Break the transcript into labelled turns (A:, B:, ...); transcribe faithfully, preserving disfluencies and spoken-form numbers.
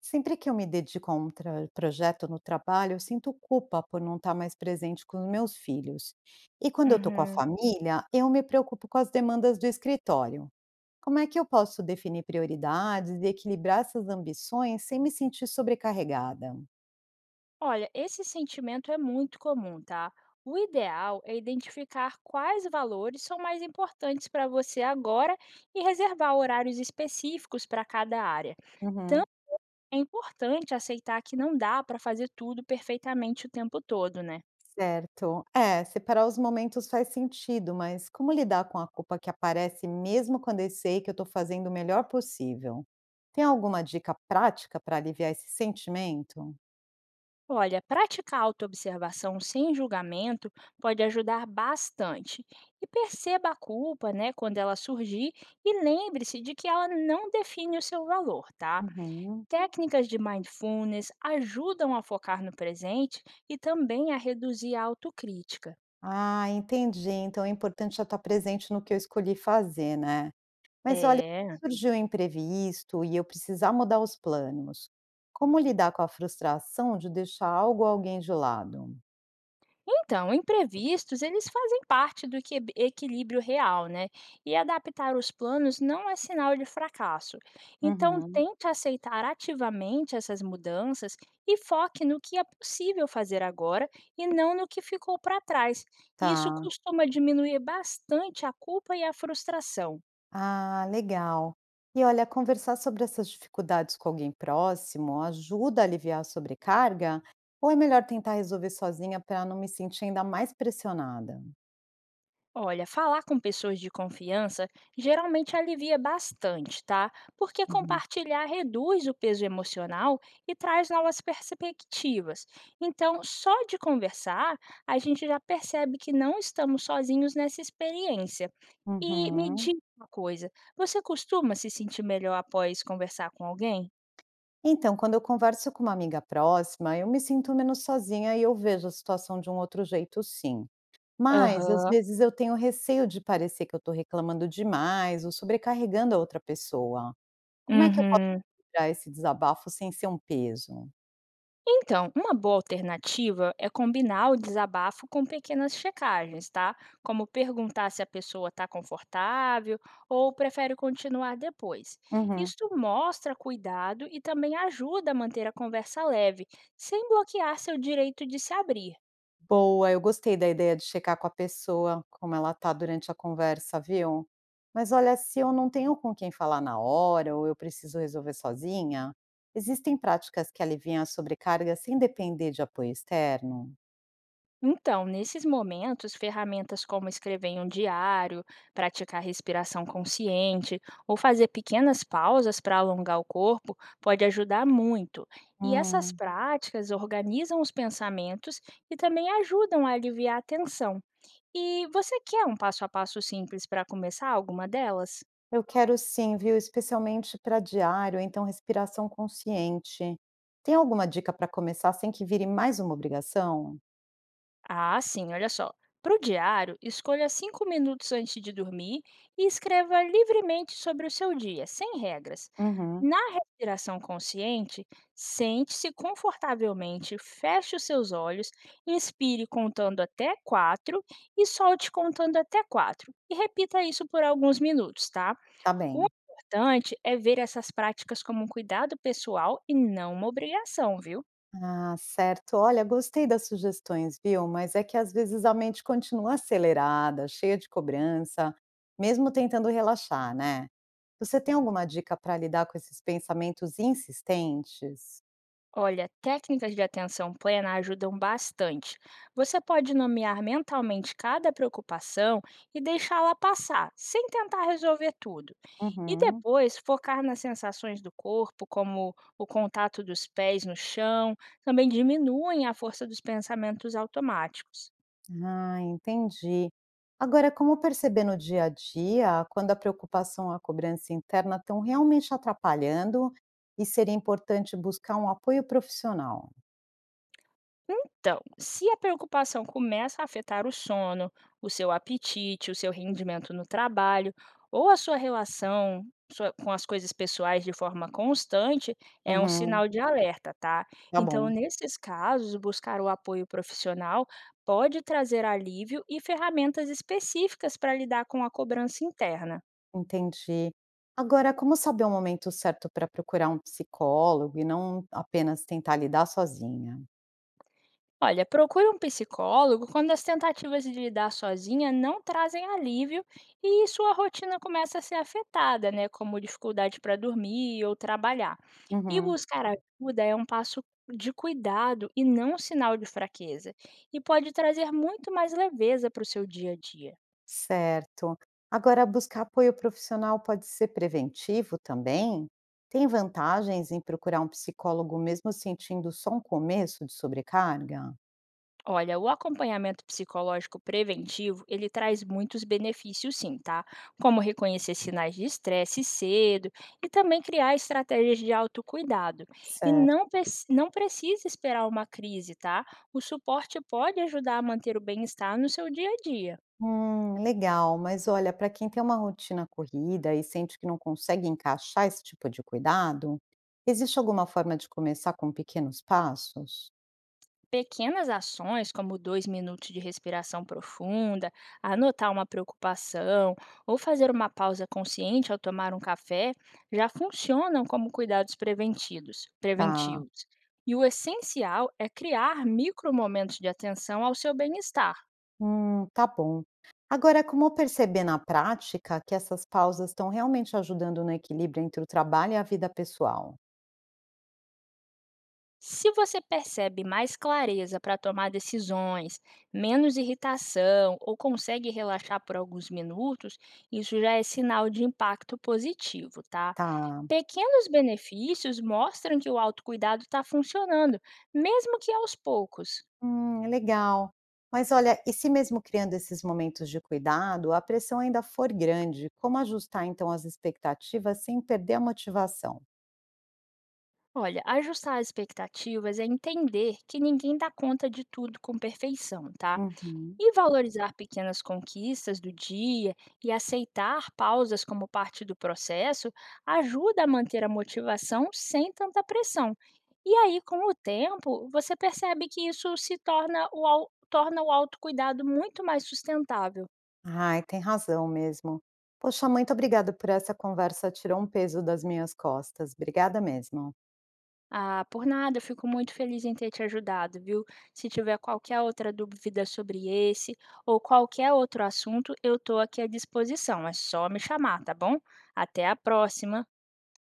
A: Sempre que eu me dedico a um tra- projeto no trabalho, eu sinto culpa por não estar mais presente com os meus filhos. E quando eu estou com a
B: Uhum.
A: família, eu me preocupo com as demandas do escritório. Como é que eu posso definir prioridades e equilibrar essas ambições sem me sentir sobrecarregada?
B: Olha, esse sentimento é muito comum, tá? O ideal é identificar quais valores são mais importantes para você agora e reservar horários específicos para cada área. Também
A: Uhum,
B: é importante aceitar que não dá para fazer tudo perfeitamente o tempo todo, né?
A: certo. É, separar os momentos faz sentido, mas como lidar com a culpa que aparece mesmo quando eu sei que eu estou fazendo o melhor possível? Tem alguma dica prática para aliviar esse sentimento?
B: Olha, praticar autoobservação sem julgamento pode ajudar bastante. E perceba a culpa, né, quando ela surgir e lembre-se de que ela não define o seu valor, tá?
A: Uhum.
B: Técnicas de mindfulness ajudam a focar no presente e também a reduzir a autocrítica.
A: Ah, entendi. Então é importante já estar presente no que eu escolhi fazer, né. Mas olha,
B: É.
A: se surgir um imprevisto e eu precisar mudar os planos, como lidar com a frustração de deixar algo ou alguém de lado?
B: Então, imprevistos, eles fazem parte do que- equilíbrio real, né? E adaptar os planos não é sinal de fracasso. Então,
A: Uhum.
B: tente aceitar ativamente essas mudanças e foque no que é possível fazer agora e não no que ficou para trás. E isso
A: Tá.
B: costuma diminuir bastante a culpa e a frustração.
A: Ah, legal. E olha, conversar sobre essas dificuldades com alguém próximo ajuda a aliviar a sobrecarga ou é melhor tentar resolver sozinha para não me sentir ainda mais pressionada?
B: Olha, falar com pessoas de confiança geralmente alivia bastante, tá? Porque
A: Uhum.
B: compartilhar reduz o peso emocional e traz novas perspectivas. Então, só de conversar, a gente já percebe que não estamos sozinhos nessa experiência. E me
A: Uhum.
B: diga uma coisa, você costuma se sentir melhor após conversar com alguém?
A: Então, quando eu converso com uma amiga próxima, eu me sinto menos sozinha e eu vejo a situação de um outro jeito, sim. Mas, às
B: Aham.
A: vezes, eu tenho receio de parecer que eu estou reclamando demais ou sobrecarregando a outra pessoa. Como é que eu posso
B: Uhum.
A: tirar esse desabafo sem ser um peso?
B: Então, uma boa alternativa é combinar o desabafo com pequenas checagens, tá? Como perguntar se a pessoa está confortável ou prefere continuar depois.
A: Uhum.
B: Isso mostra cuidado e também ajuda a manter a conversa leve, sem bloquear seu direito de se abrir.
A: Boa, eu gostei da ideia de checar com a pessoa como ela tá durante a conversa, viu? Mas olha, se eu não tenho com quem falar na hora ou eu preciso resolver sozinha, existem práticas que aliviam a sobrecarga sem depender de apoio externo?
B: Então, nesses momentos, ferramentas como escrever em um diário, praticar respiração consciente ou fazer pequenas pausas para alongar o corpo pode ajudar muito. E essas
A: Hum,
B: práticas organizam os pensamentos e também ajudam a aliviar a tensão. E você quer um passo a passo simples para começar alguma delas?
A: eu quero sim, viu? Especialmente para diário, então respiração consciente. Tem alguma dica para começar sem que vire mais uma obrigação?
B: Ah, sim, olha só. Para o diário, escolha cinco minutos antes de dormir e escreva livremente sobre o seu dia, sem regras.
A: Uhum,
B: Na respiração consciente, sente-se confortavelmente, feche os seus olhos, inspire contando até quatro e solte contando até quatro. E repita isso por alguns minutos, tá?
A: tá
B: O
A: bem.
B: importante é ver essas práticas como um cuidado pessoal e não uma obrigação, viu?
A: Ah, certo. Olha, gostei das sugestões, viu? Mas é que às vezes a mente continua acelerada, cheia de cobrança, mesmo tentando relaxar, né? Você tem alguma dica para lidar com esses pensamentos insistentes?
B: Olha, técnicas de atenção plena ajudam bastante. Você pode nomear mentalmente cada preocupação e deixá-la passar, sem tentar resolver tudo. E
A: Uhum.
B: depois focar nas sensações do corpo, como o contato dos pés no chão, também diminuem a força dos pensamentos automáticos.
A: Ah, entendi. Agora, como perceber no dia a dia quando a preocupação ou a cobrança interna estão realmente atrapalhando e seria importante buscar um apoio profissional?
B: Então, se a preocupação começa a afetar o sono, o seu apetite, o seu rendimento no trabalho ou a sua relação sua- com as coisas pessoais de forma constante, é um
A: Uhum.
B: sinal de alerta, tá?
A: Tá
B: Então,
A: bom.
B: nesses casos, buscar o apoio profissional pode trazer alívio e ferramentas específicas para lidar com a cobrança interna.
A: Entendi. Agora, como saber o momento certo para procurar um psicólogo e não apenas tentar lidar sozinha?
B: Olha, procure um psicólogo quando as tentativas de lidar sozinha não trazem alívio e sua rotina começa a ser afetada, né, como dificuldade para dormir ou trabalhar. E
A: Uhum,
B: buscar ajuda é um passo de cuidado e não um sinal de fraqueza, e pode trazer muito mais leveza para o seu dia a dia.
A: certo. Agora, buscar apoio profissional pode ser preventivo também? Tem vantagens em procurar um psicólogo mesmo sentindo só um começo de sobrecarga?
B: Olha, o acompanhamento psicológico preventivo, ele traz muitos benefícios sim, tá? Como reconhecer sinais de estresse cedo e também criar estratégias de autocuidado. E
A: Certo.
B: não, preci- não precisa esperar uma crise, tá? O suporte pode ajudar a manter o bem-estar no seu dia a dia.
A: Hum, legal, mas olha, para quem tem uma rotina corrida e sente que não consegue encaixar esse tipo de cuidado, existe alguma forma de começar com pequenos passos?
B: Pequenas ações, como dois minutos de respiração profunda, anotar uma preocupação ou fazer uma pausa consciente ao tomar um café, já funcionam como cuidados preventivos.
A: Tá.
B: preventivos. E o essencial é criar micromomentos de atenção ao seu bem-estar.
A: Hum, tá bom. Agora, como perceber na prática que essas pausas estão realmente ajudando no equilíbrio entre o trabalho e a vida pessoal?
B: Se você percebe mais clareza para tomar decisões, menos irritação ou consegue relaxar por alguns minutos, isso já é sinal de impacto positivo, tá?
A: Tá.
B: Pequenos benefícios mostram que o autocuidado está funcionando, mesmo que aos poucos.
A: Hum, legal. Mas olha, e se mesmo criando esses momentos de cuidado, a pressão ainda for grande, como ajustar então as expectativas sem perder a motivação?
B: Olha, ajustar as expectativas é entender que ninguém dá conta de tudo com perfeição, tá?
A: Uhum.
B: E valorizar pequenas conquistas do dia e aceitar pausas como parte do processo ajuda a manter a motivação sem tanta pressão. E aí, com o tempo, você percebe que isso se torna o, au- torna o autocuidado muito mais sustentável.
A: Ai, tem razão mesmo. Poxa, muito obrigada por essa conversa, tirou um peso das minhas costas. Obrigada mesmo.
B: Ah, por nada, eu fico muito feliz em ter te ajudado, viu? Se tiver qualquer outra dúvida sobre esse ou qualquer outro assunto, eu estou aqui à disposição. É só me chamar, tá bom? Até a próxima!